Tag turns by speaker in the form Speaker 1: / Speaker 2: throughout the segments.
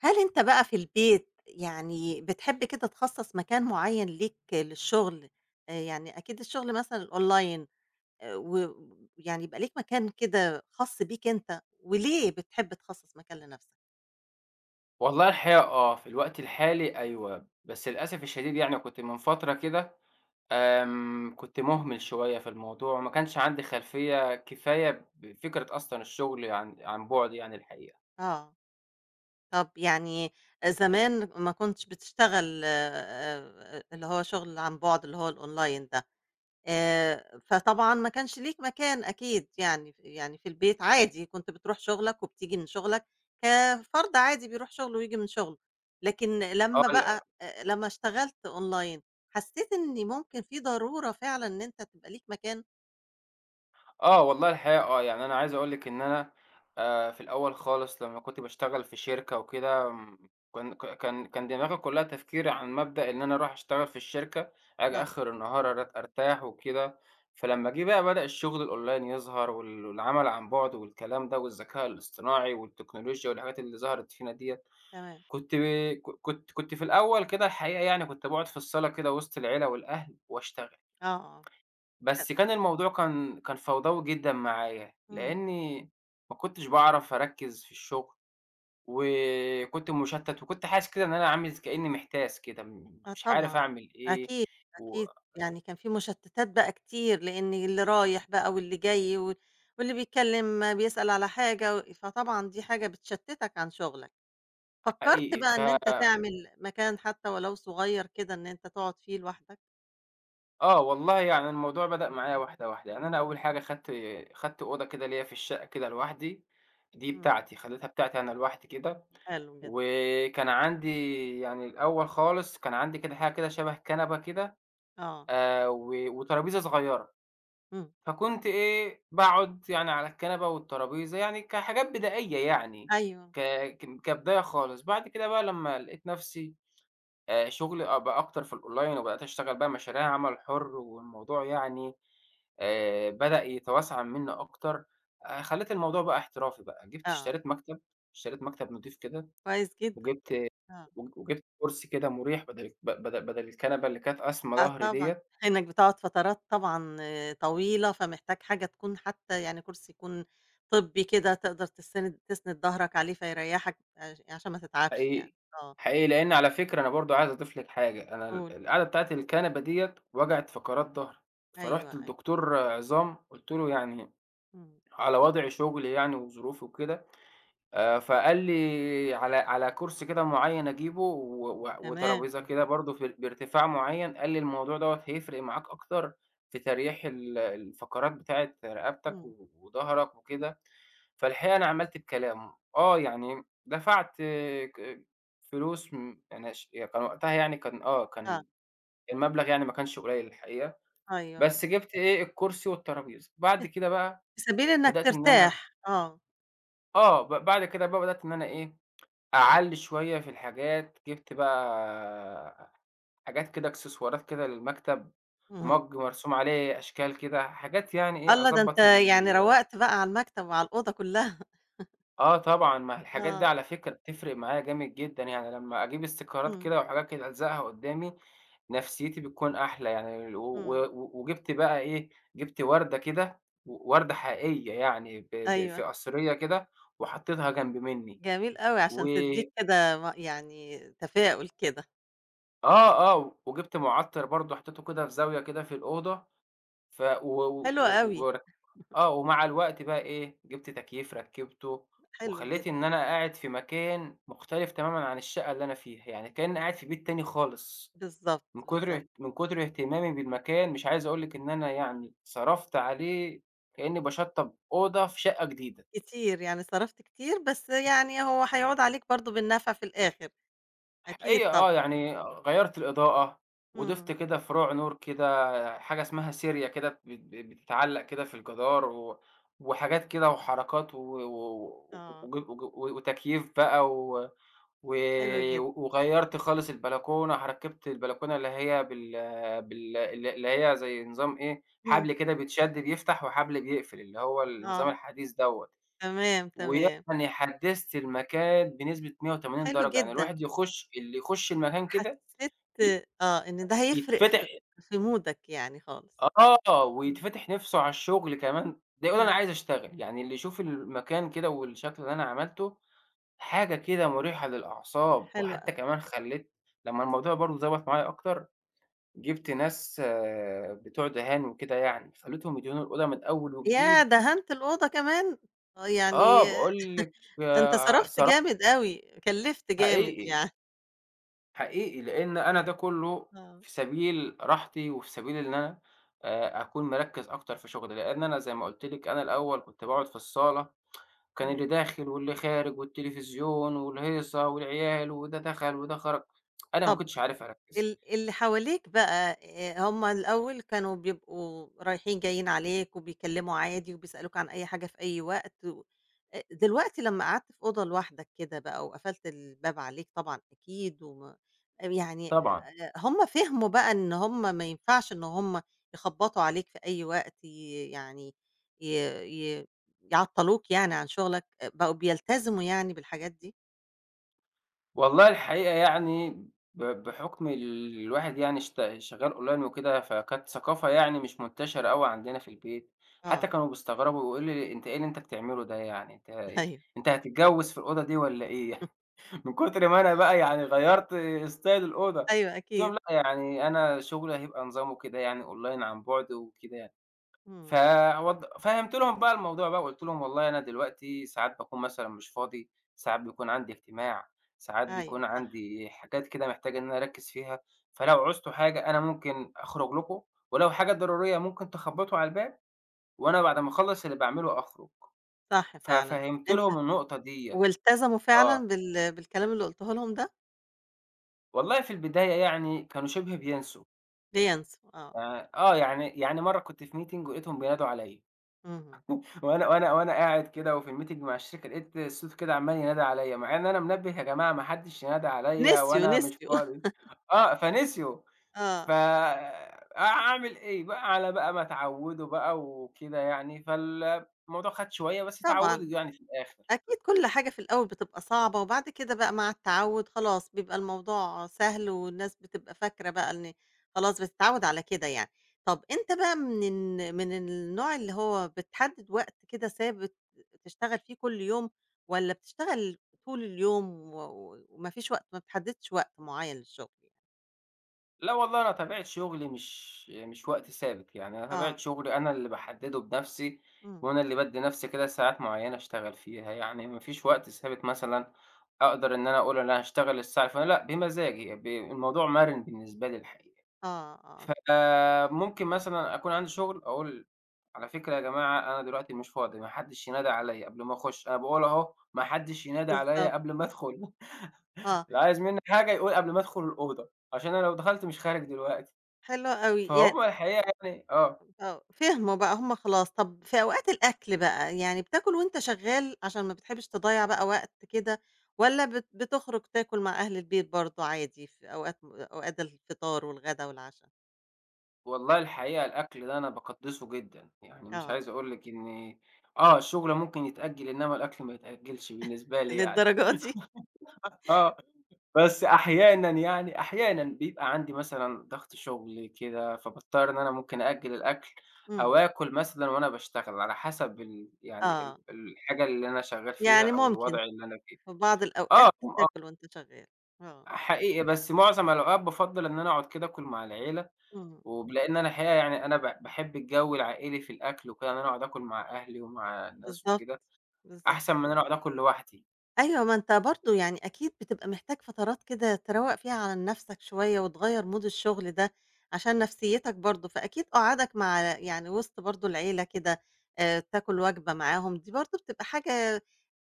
Speaker 1: هل أنت بقى في البيت يعني بتحب كده تخصّص مكان معيّن ليك للشغل؟ يعني أكيد الشغل مثلًا الأونلاين و يعني يبقى ليك مكان كده خاص بيك أنت، وليه بتحب تخصّص مكان لنفسك؟
Speaker 2: والله الحقيقة في الوقت الحالي أيوه، بس للأسف الشديد يعني كنت من فترة كده كنت مهمل شوية في الموضوع، وما كانش عندي خلفية كفاية بفكرة أصلًا الشغل عن بُعد يعني الحقيقة.
Speaker 1: آه. طب يعني زمان ما كنتش بتشتغل اللي هو شغل عن بُعد اللي هو الأونلاين ده، فطبعًا ما كانش ليك مكان أكيد يعني يعني في البيت عادي كنت بتروح شغلك وبتيجي من شغلك، كفرد عادي بيروح شغله وييجي من شغله، لكن لمّا
Speaker 2: آه،
Speaker 1: بقى لمّا اشتغلت أونلاين حسيت إن ممكن في ضرورة فعلًا إن أنت تبقى ليك مكان؟
Speaker 2: آه، والله الحقيقة يعني أنا عايز أقول لِك إن أنا في الأول خالص لمّا كنت باشتغل في شركة وكده كان ك كان كان دماغي كلّها تفكير عن مبدأ إن أنا أروح أشتغل في الشركة، آجي
Speaker 1: آه،
Speaker 2: آخر النهار أرتاح وكده، فلمّا جه بقى بدأ الشغل الأونلاين يظهر والعمل عن بُعد والكلام ده والذكاء الاصطناعي والتكنولوجيا والحاجات اللي ظهرت فينا ديّة،
Speaker 1: تمام،
Speaker 2: كنت ب ك كنت كنت في الأول كده الحقيقة يعني كنت باقعد في الصالة كده وسط العيلة والأهل واشتغل.
Speaker 1: آه، آه، حلو،
Speaker 2: بس كان الموضوع كان فوضوي جدًا معايا،
Speaker 1: إمم.
Speaker 2: لإني ما كنتش باعرف أركّز في الشغل، وكنت مشتّت، وكنت حاسس كده إن أنا عامل كإني محتاس كده،
Speaker 1: آه
Speaker 2: مش عارف
Speaker 1: طبعًا،
Speaker 2: أعمل إيه،
Speaker 1: أكيد، أكيد، يعني كان في مشتتات بقى كتير، لإن اللي رايح بقى واللي جاي واللي بيتكلم بيسأل على حاجة فطبعًا دي حاجة بتشتتك عن شغلك، فكرت
Speaker 2: وحقيقي
Speaker 1: بقى إن أنت تعمل مكان حتى ولو صغير كده إن أنت تقعد فيه لوحدك؟
Speaker 2: والله يعني الموضوع بدأ معايا واحدة، واحدة، يعني أنا أول حاجة خدت أوضة كده ليّا في الشقة كده لوحدي، دي
Speaker 1: إمم،
Speaker 2: بتاعتي، خليتها بتاعتي أنا لوحدي كده،
Speaker 1: حلو جدًا،
Speaker 2: وكان عندي يعني الأول خالص كان عندي كده حاجة كده شبه كنبة كده
Speaker 1: آه،
Speaker 2: و وترابيزة صغيرة،
Speaker 1: إمم،
Speaker 2: فكنت إيه، باقعد يعني على الكنبة والترابيزة، يعني كحاجات بدائية يعني،
Speaker 1: أيوه،
Speaker 2: ك ك كبداية خالص. بعد كده بقى لمّا لقيت نفسي شغلي بقى أكتر في الأونلاين وبدأت أشتغل بقى مشاريع عمل حُر والموضوع يعني بدأ يتوسع منّي أكتر، خلّيت الموضوع بقى احترافي بقى، جِبت
Speaker 1: آه،
Speaker 2: اشتريت مكتب، اشتريت مكتب نضيف كده
Speaker 1: كويس جدًا،
Speaker 2: وجِبت
Speaker 1: آه.
Speaker 2: وجِبت كرسي كده مُريح بدل ب بدل بدل الكنبة اللي كانت قاسمة
Speaker 1: آه
Speaker 2: ضهري
Speaker 1: طبعًا،
Speaker 2: ديّة.
Speaker 1: إنك بتقعد فترات طبعًا آه، طويلة، فمحتاج حاجة تكون حتى يعني كرسي يكون طبّي كده تقدر تسند ضهرك عليه فيريحك عشان ما تتعبش
Speaker 2: حقيقي،
Speaker 1: يعني، آه،
Speaker 2: حقيقي، لإن على فكرة أنا برضه عايز أضيف لِك حاجة، أنا
Speaker 1: قُل،
Speaker 2: القعدة بتاعة الكنبة ديّة وجعت فقرات ضهري،
Speaker 1: أيوه،
Speaker 2: فرُحت
Speaker 1: أيوه،
Speaker 2: لدكتور عظام قُلت له: "يعني
Speaker 1: إمم،
Speaker 2: على وضع شغلي يعني وظروفي وكده" فقال لي على كرسي كده معيّن أجيبه و و
Speaker 1: تمام،
Speaker 2: وترابيزة كده برضه في بارتفاع معيّن، قال لي الموضوع دوّة هيفرق معاك أكتر في تريح الفقرات بتاعة رقبتك
Speaker 1: إمم،
Speaker 2: وضهرك وكده، فالحقيقة أنا عملت بكلامه، يعني دفعت آه، ك فلوس يعني يعني كان وقتها يعني كان
Speaker 1: آه،
Speaker 2: كان المبلغ يعني ما كانش قليل الحقيقة،
Speaker 1: أيوه،
Speaker 2: بس جِبت إيه، الكرسي والترابيزة، بعد كده بقى
Speaker 1: في سبيل إنك
Speaker 2: بدأت إن أنا
Speaker 1: ترتاح، آه،
Speaker 2: آه، ب بعد كده بقى بدأت إن أنا إيه أعلّي شوية في الحاجات، جِبت بقى حاجات كده إكسسوارات كده للمكتب،
Speaker 1: اهم،
Speaker 2: مرسوم عليه أشكال كده، حاجات يعني إيه
Speaker 1: الله! ده أنت
Speaker 2: أضبّط ال
Speaker 1: يعني روّقت بقى على المكتب وعلى الأوضة كلّها،
Speaker 2: آه طبعًا، ما الحاجات دي
Speaker 1: آه،
Speaker 2: على فكرة بتفرق معايا جامد جدًا، يعني لمّا أجيب استيكرات
Speaker 1: إمم،
Speaker 2: كده وحاجات كده ألزقها قدّامي، نفسيتي بتكون أحلى يعني، و
Speaker 1: إمم،
Speaker 2: و وجِبت بقى إيه، جِبت وردة كده، وردة حقيقية يعني ب ب في
Speaker 1: أيوه،
Speaker 2: قصرية كده وحطيتها جنب منّي،
Speaker 1: جميل أوي
Speaker 2: و
Speaker 1: عشان تدّيك كده يعني تفاؤل كده،
Speaker 2: آه، آه، وجِبت مُعطِّر برضه حطيته كده في زاوية كده في الأوضة، ف و
Speaker 1: حلو أوي،
Speaker 2: و و آه، ومع الوقت بقى إيه، جِبت تكييف ركّبته،
Speaker 1: حلو
Speaker 2: وخلّيت
Speaker 1: جدًا.
Speaker 2: إن أنا قاعد في مكان مختلف تمامًا عن الشقة اللي أنا فيها، يعني كإنّي قاعد في بيت تاني خالص،
Speaker 1: بالضبط، بالضبط.
Speaker 2: من كتر اهتمامي بالمكان مش عايز أقول لِك إن أنا يعني صرفت عليه كإنّي باشطّب أوضة في شقة جديدة.
Speaker 1: كتير، يعني صرفت كتير، بس يعني هو هيعود عليك برضه بالنفع في الآخر، أكيد
Speaker 2: حقيقة
Speaker 1: طبعًا.
Speaker 2: يعني غيّرت الإضاءة، وضِفت
Speaker 1: إمم،
Speaker 2: كده فروع نور كده حاجة اسمها سيريا كده بت بت بتتعلّق كده في الجدار وحاجات كده وحركات و و
Speaker 1: آه،
Speaker 2: وج وج وتكييف بقى و و
Speaker 1: حلو جدًا.
Speaker 2: وغيّرت خالص البلكونة، ركّبت البلكونة اللي هي بال بال ال اللي هي زي نظام إيه،
Speaker 1: إمم،
Speaker 2: حبل كده بيتشد بيفتح وحبل بيقفل، اللي هو النظام
Speaker 1: آه،
Speaker 2: الحديث دوّة.
Speaker 1: تمام، تمام،
Speaker 2: ويعني حدّثت المكان بنسبة 180
Speaker 1: حلو
Speaker 2: درجة، يعني
Speaker 1: جدًا.
Speaker 2: الواحد يخُش اللي يخُش المكان كده
Speaker 1: حسّيت
Speaker 2: ي
Speaker 1: آه، إن ده هيفرق
Speaker 2: يتفتح
Speaker 1: في مودك يعني خالص. إمم،
Speaker 2: ويتفتح نِفْسه على الشُغل كمان، ده يقول أنا
Speaker 1: إمم،
Speaker 2: عايز أشتغل، يعني اللي يشوف المكان كده والشكل اللي أنا عملته حاجة كده مُريحة للأعصاب،
Speaker 1: حلو
Speaker 2: وحتّى
Speaker 1: أوي.
Speaker 2: كمان خلّيت لمّا الموضوع برضه ضبط معايا أكتر، جِبت ناس بتوع دهان وكده يعني، خلّيتهم يدهنوا الأوضة من أول
Speaker 1: ياه!
Speaker 2: وجديد،
Speaker 1: دهنت الأوضة كمان! آه، يعني
Speaker 2: باقول لِك
Speaker 1: أنت صرفت
Speaker 2: صرا
Speaker 1: جامد أوي، كلّفت جامد
Speaker 2: حقيقي.
Speaker 1: يعني.
Speaker 2: حقيقي، لإن أنا ده كُلّه
Speaker 1: آه،
Speaker 2: في سبيل راحتي، وفي سبيل إن أنا أكون مركّز أكتر في شغلي، لإن أنا زي ما قُلت لِك أنا الأول كنت باقعد في الصالة، كان اللي
Speaker 1: إمم.
Speaker 2: داخل واللي خارج والتلفزيون والهيصة والعيال وده دخل وده خرج، أنا ما
Speaker 1: طَب
Speaker 2: كنتش عارف أركّز،
Speaker 1: اللي حواليك بقى هم الأول كانوا بيبقوا رايحين جايين عليك وبيكلموا عادي وبيسألوك عن أي حاجة في أي وقت و أ دلوقتي لمّا قعدت في أوضة لوحدك كده بقى وقفلت الباب عليك طبعًا أكيد يعني
Speaker 2: طبعًا.
Speaker 1: هم فهموا بقى إن هم ما ينفعش إن هم يخبطوا عليك في أي وقت يعني ي ي يعطّلوك يعني عن شغلك، آه، بقوا بيلتزموا يعني بالحاجات دي؟
Speaker 2: والله الحقيقة يعني بحُكم الواحد يعني شغّال أونلاين وكده، فكانت ثقافة يعني مش منتشرة أوي عندنا في البيت، حتى
Speaker 1: آه،
Speaker 2: كانوا بيستغربوا ويقولوا لي: "أنت إيه اللي أنت بتعمله ده يعني؟ أنت إيه
Speaker 1: أيوه،
Speaker 2: أنت هتتجوّز في الأوضة دي والّا إيه؟" من كتر ما أنا بقى يعني غيّرت ستايل الأوضة،
Speaker 1: أيوه
Speaker 2: قُلت لهم:
Speaker 1: أكيد،
Speaker 2: "لأ، يعني أنا شُغلي هيبقى نظامه كده يعني أونلاين عن بُعد وكده يعني."
Speaker 1: إمم.
Speaker 2: فهّمت لهم بقى الموضوع بقى وقُلت لهم والله أنا دلوقتي ساعات باكون مثلًا مش فاضي، ساعات بيكون عندي اجتماع، ساعات بيكون
Speaker 1: أيوه صح،
Speaker 2: عندي حاجات كده محتاج إن أنا أركّز فيها، فلو عوزتوا حاجة أنا ممكن أخرج لكم، ولو حاجة ضرورية ممكن تخبّطوا على الباب وأنا بعد ما أخلّص اللي باعمله أخرج.
Speaker 1: صح فعلًا.
Speaker 2: ففهّمت
Speaker 1: أنت
Speaker 2: لهم النقطة ديّة،
Speaker 1: والتزموا
Speaker 2: آه.
Speaker 1: فعلًا بالكلام اللي قُلته لهم ده؟
Speaker 2: والله في البداية يعني كانوا شِبه بينسوا،
Speaker 1: بينسوا آه،
Speaker 2: آه. يعني مرّة كنت في meeting ولقيتهم بينادوا عليّا.
Speaker 1: اهم. آه.
Speaker 2: وأنا قاعد كده وفي الميتنج مع الشركة لقيت الصوت كده عمّال ينادى عليّا، مع إن أنا منبّه يا جماعة ما حدش ينادى عليّا
Speaker 1: نسيوا،
Speaker 2: وأنا مش
Speaker 1: نسيوا
Speaker 2: فاضي فنسيوا ف
Speaker 1: آه.
Speaker 2: أعمل إيه بقى، على بقى ما اتعوّدوا بقى وكده يعني، الموضوع خَد شوية بس اتعوّدوا
Speaker 1: طبعًا.
Speaker 2: يعني في الآخر.
Speaker 1: أكيد كل حاجة في الأول بتبقى صعبة، وبعد كده بقى مع التعوّد خلاص بيبقى الموضوع سهل، والناس بتبقى فاكرة بقى إن خلاص بتتعوّد على كده يعني. طَب أنت بقى من النوع اللي هو بتحدد وقت كده ثابت تشتغل فيه كل يوم، والّا بتشتغل طول اليوم و و وما فيش وقت ما بتحددش وقت معيّن للشغل يعني؟
Speaker 2: لأ والله أنا طبيعة شغلي مش وقت ثابت، يعني أنا طبيعة
Speaker 1: آه،
Speaker 2: شغلي أنا اللي باحدّده بنفْسي،
Speaker 1: إمم،
Speaker 2: وأنا اللي بادّي نفْسي كده ساعات معيّنة أشتغل فيها، يعني ما فيش وقت ثابت مثلًا أقدر إن أنا أقول أنا هاشتغل الساعة الفلا لأ، بمزاجي الموضوع مَرِن بالنسبة لي الحقيقة،
Speaker 1: آه، آه،
Speaker 2: فممكن مثلًا أكون عندي شغل أقول على فكرة يا جماعة أنا دلوقتي مش فاضي، ما حدّش ينادي عليَّ قبل ما أخُش، أنا باقول أهو ما حدّش ينادي عليَّ
Speaker 1: بالضبط،
Speaker 2: قبل ما أدخل،
Speaker 1: آه،
Speaker 2: اللي عايز منّي حاجة يقول قبل ما أدخل الأوضة، عشان أنا لو دخلت مش خارج دلوقتي.
Speaker 1: حلو أوي.
Speaker 2: فهُم
Speaker 1: يعني
Speaker 2: الحقيقة يعني
Speaker 1: آه، فهموا بقى هم خلاص، طب في أوقات الأكل بقى، يعني بتاكل وأنت شغال عشان ما بتحبش تضيّع بقى وقت كده، والّا بتخرج تاكل مع أهل البيت برضه عادي في أوقات أوقات الفطار والغدا والعشا؟
Speaker 2: والله الحقيقة الأكل ده أنا باقدّسه جدًا، يعني مش
Speaker 1: آه.
Speaker 2: عايز أقول لِك إن الشغل ممكن يتأجّل إنّما الأكل ما يتأجّلش بالنسبة لي يعني،
Speaker 1: للدرجة دي!
Speaker 2: آه، بس أحيانًا يعني أحيانًا بيبقى عندي مثلًا ضغط شغل كده، فباضطر إن أنا ممكن أأجّل الأكل أو
Speaker 1: إمم،
Speaker 2: آكل مثلًا وأنا باشتغل على حسب يعني
Speaker 1: آه،
Speaker 2: الحاجة اللي أنا شغّال فيها
Speaker 1: يعني
Speaker 2: أو
Speaker 1: ممكن
Speaker 2: الوضع اللي أنا فيه.
Speaker 1: في بعض
Speaker 2: آه،
Speaker 1: الأوقات
Speaker 2: آه،
Speaker 1: تاكل وأنت شغال، آه،
Speaker 2: حقيقي بس معظم الأوقات بافضّل إن أنا أقعد كده آكل مع العيلة
Speaker 1: إمم،
Speaker 2: ولإن أنا الحقيقة يعني أنا باحب الجو العائلي في الأكل وكده، إن أنا أقعد آكل مع أهلي ومع الناس
Speaker 1: بالضبط،
Speaker 2: وكده،
Speaker 1: بالضبط.
Speaker 2: أحسن من إن أنا أقعد آكل لوحدي،
Speaker 1: أيوه، ما أنت برضه يعني أكيد بتبقى محتاج فترات كده تروّق فيها عن نَفْسك شوية وتغيّر مود الشغل ده عشان نفسيتك برضه، فأكيد قعدك مع يعني وسط برضه العيلة كده تاكل وجبة معاهم، دي برضه بتبقى حاجة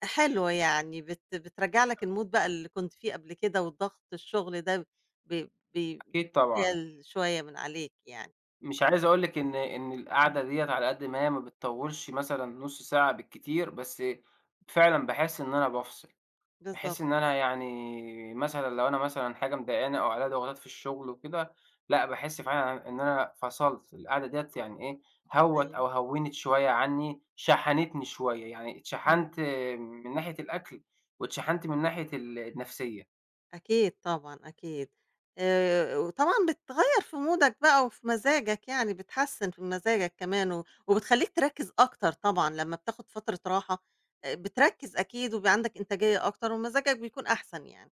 Speaker 1: حلوة يعني بترجّع لك الmood بقى اللي كنت فيه قبل كده والضغط الشغل ده ب ب
Speaker 2: أكيد طبعًا.
Speaker 1: بيتشال شوية من عليك يعني.
Speaker 2: مش عايز أقول لِك إن
Speaker 1: إمم.
Speaker 2: القعدة ديّة على قد ما هي ما بتطوّلش مثلًا نُص ساعة بالكتير، بس فعلًا باحس إن أنا بافصل. بحيث
Speaker 1: بالضبط،
Speaker 2: إن أنا يعني مثلًا لو أنا مثلًا حاجة مضايقاني أو عليّا ضغوطات في الشغل وكده، لأ باحس فعلًا إن أنا فصلت، القعدة ديّة يعني إيه، هوّت
Speaker 1: أيوه.
Speaker 2: أو هوّنت شوية عني، شحنتني شوية، يعني
Speaker 1: اهم.
Speaker 2: اتشحنت من ناحية الأكل واتشحنت من ناحية النفسية.
Speaker 1: أكيد طبعًا، أكيد. وطبعًا بتغيّر في مودك بقى وفي مزاجك يعني، بتحسّن في مزاجك كمان وبتخلّيك تركّز أكتر طبعًا لمّا بتاخُد فترة راحة، بتركّز أكيد وبيبقى عندك إنتاجية أكتر ومزاجك بيكون أحسن يعني.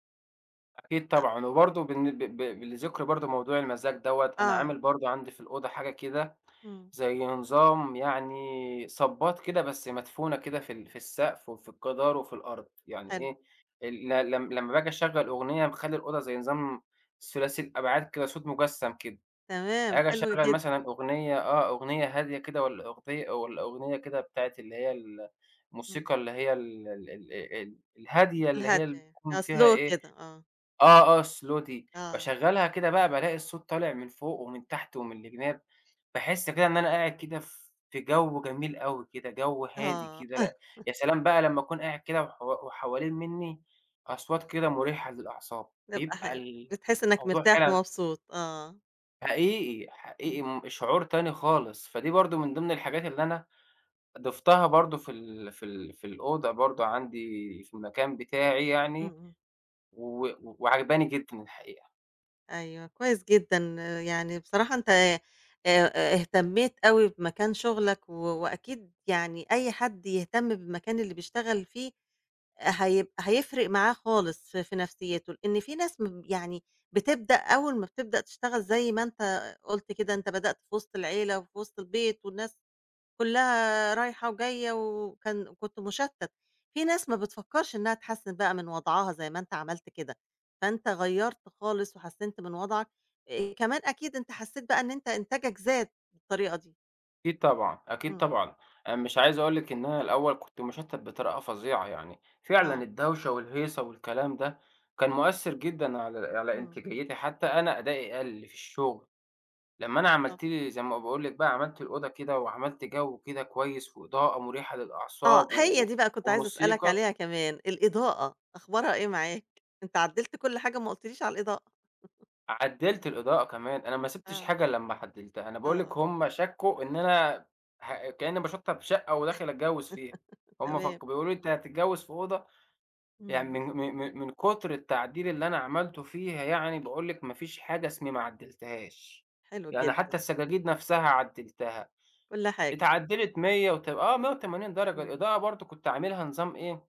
Speaker 2: أكيد طبعًا، وبرضه بالن ب ب لذكر برضه موضوع المزاج دوّة، أنا
Speaker 1: آه،
Speaker 2: عامل برضه عندي في الأوضة حاجة كده
Speaker 1: إمم،
Speaker 2: زي نظام يعني صبّاط كده بس مدفونة كده في السقف وفي الجدار وفي الأرض، يعني
Speaker 1: حلو،
Speaker 2: إيه ال ل لم لمّا باجي أشغّل أغنية مخلّي الأوضة زي نظام ثلاثي الأبعاد كده، صوت مجسّم كده،
Speaker 1: تمام،
Speaker 2: آجي
Speaker 1: حلو
Speaker 2: أشغّل
Speaker 1: جدًا،
Speaker 2: مثلًا أغنية أغنية هادية كده والّا أغنية والّا أغنية كده بتاعة اللي هي
Speaker 1: إمم،
Speaker 2: الموسيقى اللي هي ال ال ال ال الهادية اللي هي اللي
Speaker 1: الهادية،
Speaker 2: بيكون
Speaker 1: آه
Speaker 2: فيها
Speaker 1: slow
Speaker 2: إيه
Speaker 1: كده، آه،
Speaker 2: الslow دي،
Speaker 1: آه،
Speaker 2: باشغّلها كده بقى بالاقي الصوت طالع من فوق ومن تحت ومن الجناب، باحس كده إن أنا قاعد كده في جو جميل أوي كده، جو هادي
Speaker 1: آه،
Speaker 2: كده، لأ يا سلام بقى لمّا أكون قاعد كده وحوالين منّي أصوات كده مُريحة للأعصاب،
Speaker 1: بيبقى
Speaker 2: بيبقى
Speaker 1: حلو، بتحس إنّك
Speaker 2: الموضوع
Speaker 1: مرتاح
Speaker 2: فعلًا
Speaker 1: ومبسوط، آه،
Speaker 2: حقيقي، حقيقي
Speaker 1: إمم،
Speaker 2: شعور تاني خالص، فدي برضه
Speaker 1: إمم،
Speaker 2: من ضمن الحاجات اللي أنا ضفتها برضه في الأوضة برضه عندي في المكان بتاعي
Speaker 1: إمم،
Speaker 2: يعني
Speaker 1: إمم.
Speaker 2: وعاجباني جدًا الحقيقة.
Speaker 1: أيوه، كويس جدًا، يعني بصراحة أنت آآ، اهتميت أوي بمكان شغلك، وأكيد يعني أي حد يهتم بالمكان اللي بيشتغل فيه هيفرق معاه خالص في نفسيته، لإن في ناس يعني بتبدأ أول ما بتبدأ تشتغل زي ما أنت قُلت كده، أنت بدأت في وسط العيلة وفي وسط البيت والناس كلّها رايحة وجاية كنت مشتّت، في ناس ما بتفكّرش إنها تحسّن بقى من وضعها زي ما أنت عملت كده، فأنت غيّرت خالص وحسّنت من وضعك، كمان أكيد أنت حسّيت بقى إن أنت إنتاجك زاد بالطريقة دي،
Speaker 2: أكيد طبعًا، أكيد
Speaker 1: إمم،
Speaker 2: طبعًا. أنا مش عايز أقول لِك إن أنا الأول كنت مُشتَّت بطريقة فظيعة يعني، فعلًا
Speaker 1: آه،
Speaker 2: الدوشة والهيصة والكلام ده كان مؤثّر جدًا على
Speaker 1: إمم،
Speaker 2: إنتاجيتي، حتى أنا أدائي قَل في الشغل. لمّا أنا
Speaker 1: بالضبط،
Speaker 2: عملت لي زي ما باقول لِك بقى عملت الأوضة كده وعملت جو كده كويس وإضاءة مُريحة
Speaker 1: آه،
Speaker 2: للأعصاب و
Speaker 1: هي
Speaker 2: و
Speaker 1: دي بقى كنت عايزة أسألك
Speaker 2: وموسيقى،
Speaker 1: عليها كمان، الإضاءة أخبارها إيه معاك؟ أنت عدّلت كل حاجة ما قُلتليش على الإضاءة،
Speaker 2: عدّلت الإضاءة كمان، أنا ما سِبتش
Speaker 1: آه،
Speaker 2: حاجة إلّا أمّا عدّلتها. أنا باقول لِك
Speaker 1: آه،
Speaker 2: هم شكّوا إن أنا كإنّي باشطّب شقة وداخل أتجوّز فيها. هم
Speaker 1: تمام،
Speaker 2: بيقولوا لي: "أنت هتتجوّز في أوضة؟" يعني
Speaker 1: إمم،
Speaker 2: من كتر التعديل اللي أنا عملته فيها يعني باقول لِك ما فيش حاجة اسمي ما عدّلتهاش،
Speaker 1: حلو
Speaker 2: يعني
Speaker 1: جدًا،
Speaker 2: حتى السجاجيد نفسها عدّلتها،
Speaker 1: كل حاجة،
Speaker 2: اتعدّلت 100 وت آه 180 درجة،
Speaker 1: إمم،
Speaker 2: الإضاءة برضه كنت عاملها نظام إيه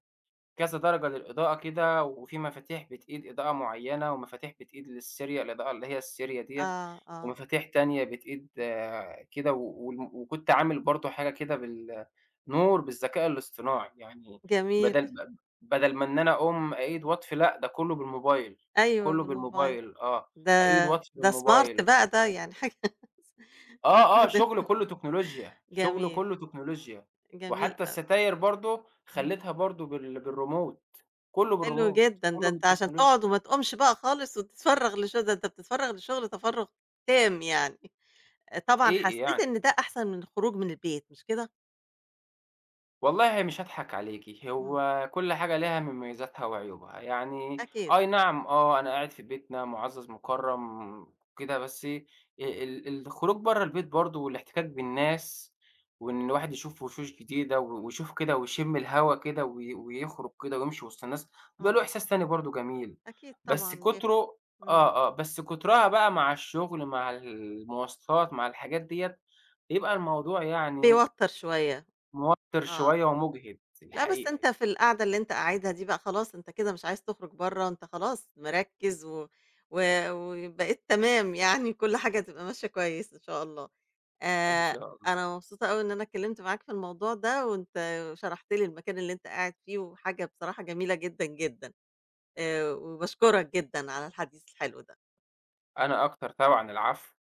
Speaker 2: كذا درجة للإضاءة كده، وفي مفاتيح بتقيد إضاءة معيّنة، ومفاتيح بتقيد للسيريا الإضاءة اللي هي السيريا ديّة،
Speaker 1: آه، آه،
Speaker 2: ومفاتيح تانية بتقيد كده و والم وكنت عامل برضه حاجة كده بالنور بالذكاء الاصطناعي، يعني
Speaker 1: جميل.
Speaker 2: بدل ب بدل ما إن أنا أقوم أقيد وأطفي لأ، ده كلّه بالموبايل،
Speaker 1: أيوه
Speaker 2: كلّه
Speaker 1: بالموبايل،
Speaker 2: بالموبايل
Speaker 1: ده
Speaker 2: أقيد وأطفي
Speaker 1: ده smart
Speaker 2: بالموبايل.
Speaker 1: بقى ده يعني حاجة
Speaker 2: آه، آه،
Speaker 1: تستخدم
Speaker 2: شغله كلّه تكنولوجيا، شغله
Speaker 1: جميل،
Speaker 2: كلّه تكنولوجيا،
Speaker 1: جميل
Speaker 2: وحتى
Speaker 1: أوي،
Speaker 2: الستاير برضه
Speaker 1: اهم،
Speaker 2: خلّيتها برضه بالريموت، كلّه
Speaker 1: حلو
Speaker 2: بالريموت،
Speaker 1: جدًا، ده
Speaker 2: كلّه
Speaker 1: أنت عشان
Speaker 2: بالتكنولوجيا،
Speaker 1: تقعد وما تقومش بقى خالص وتتفرّغ ده أنت بتتفرّغ للشغل تفرُّغ تام يعني، طبعًا
Speaker 2: حقيقي
Speaker 1: حسّيت
Speaker 2: يعني.
Speaker 1: إن ده أحسن من الخروج من البيت مش كده؟
Speaker 2: والله مش هاضحك عليكِ،
Speaker 1: إمم،
Speaker 2: هو كل حاجة ليها مميزاتها وعيوبها، يعني
Speaker 1: أكيد،
Speaker 2: أي نعم أنا قاعد في بيتنا مُعزّز مُكرّم كده، بس الخروج برّه البيت برضه والاحتكاك بالناس، وإن الواحد يشوف وشوش جديدة ويشوف كده ويشم الهوا كده ويخرج كده ويمشي وسط الناس، بيبقى له
Speaker 1: آه،
Speaker 2: إحساس تاني برضه جميل،
Speaker 1: أكيد
Speaker 2: بس
Speaker 1: طبعًا
Speaker 2: كُتره
Speaker 1: إمم،
Speaker 2: بس كُترها بقى مع الشغل، مع المواصلات، مع الحاجات ديّة، بيبقى الموضوع يعني
Speaker 1: بيوتّر شوية،
Speaker 2: موتِّر
Speaker 1: آه.
Speaker 2: شوية ومُجهِد
Speaker 1: لأ، بس
Speaker 2: الحقيقة
Speaker 1: أنت
Speaker 2: يعني،
Speaker 1: في القعدة اللي أنت قاعدها دي بقى خلاص أنت كده مش عايز تخرج برّه، أنت خلاص مركّز و و وبقيت تمام يعني كل حاجة هتبقى ماشية كويس إن شاء الله.
Speaker 2: إن
Speaker 1: آآ
Speaker 2: شاء الله،
Speaker 1: أنا مبسوطة أوي إن أنا اتكلّمت معاك في الموضوع ده وأنت شرحت لي المكان اللي أنت قاعد فيه وحاجة بصراحة جميلة جدًا، جدًا. وباشكرك جدًا على الحديث الحلو ده.
Speaker 2: أنا أكتر طبعًا العفو.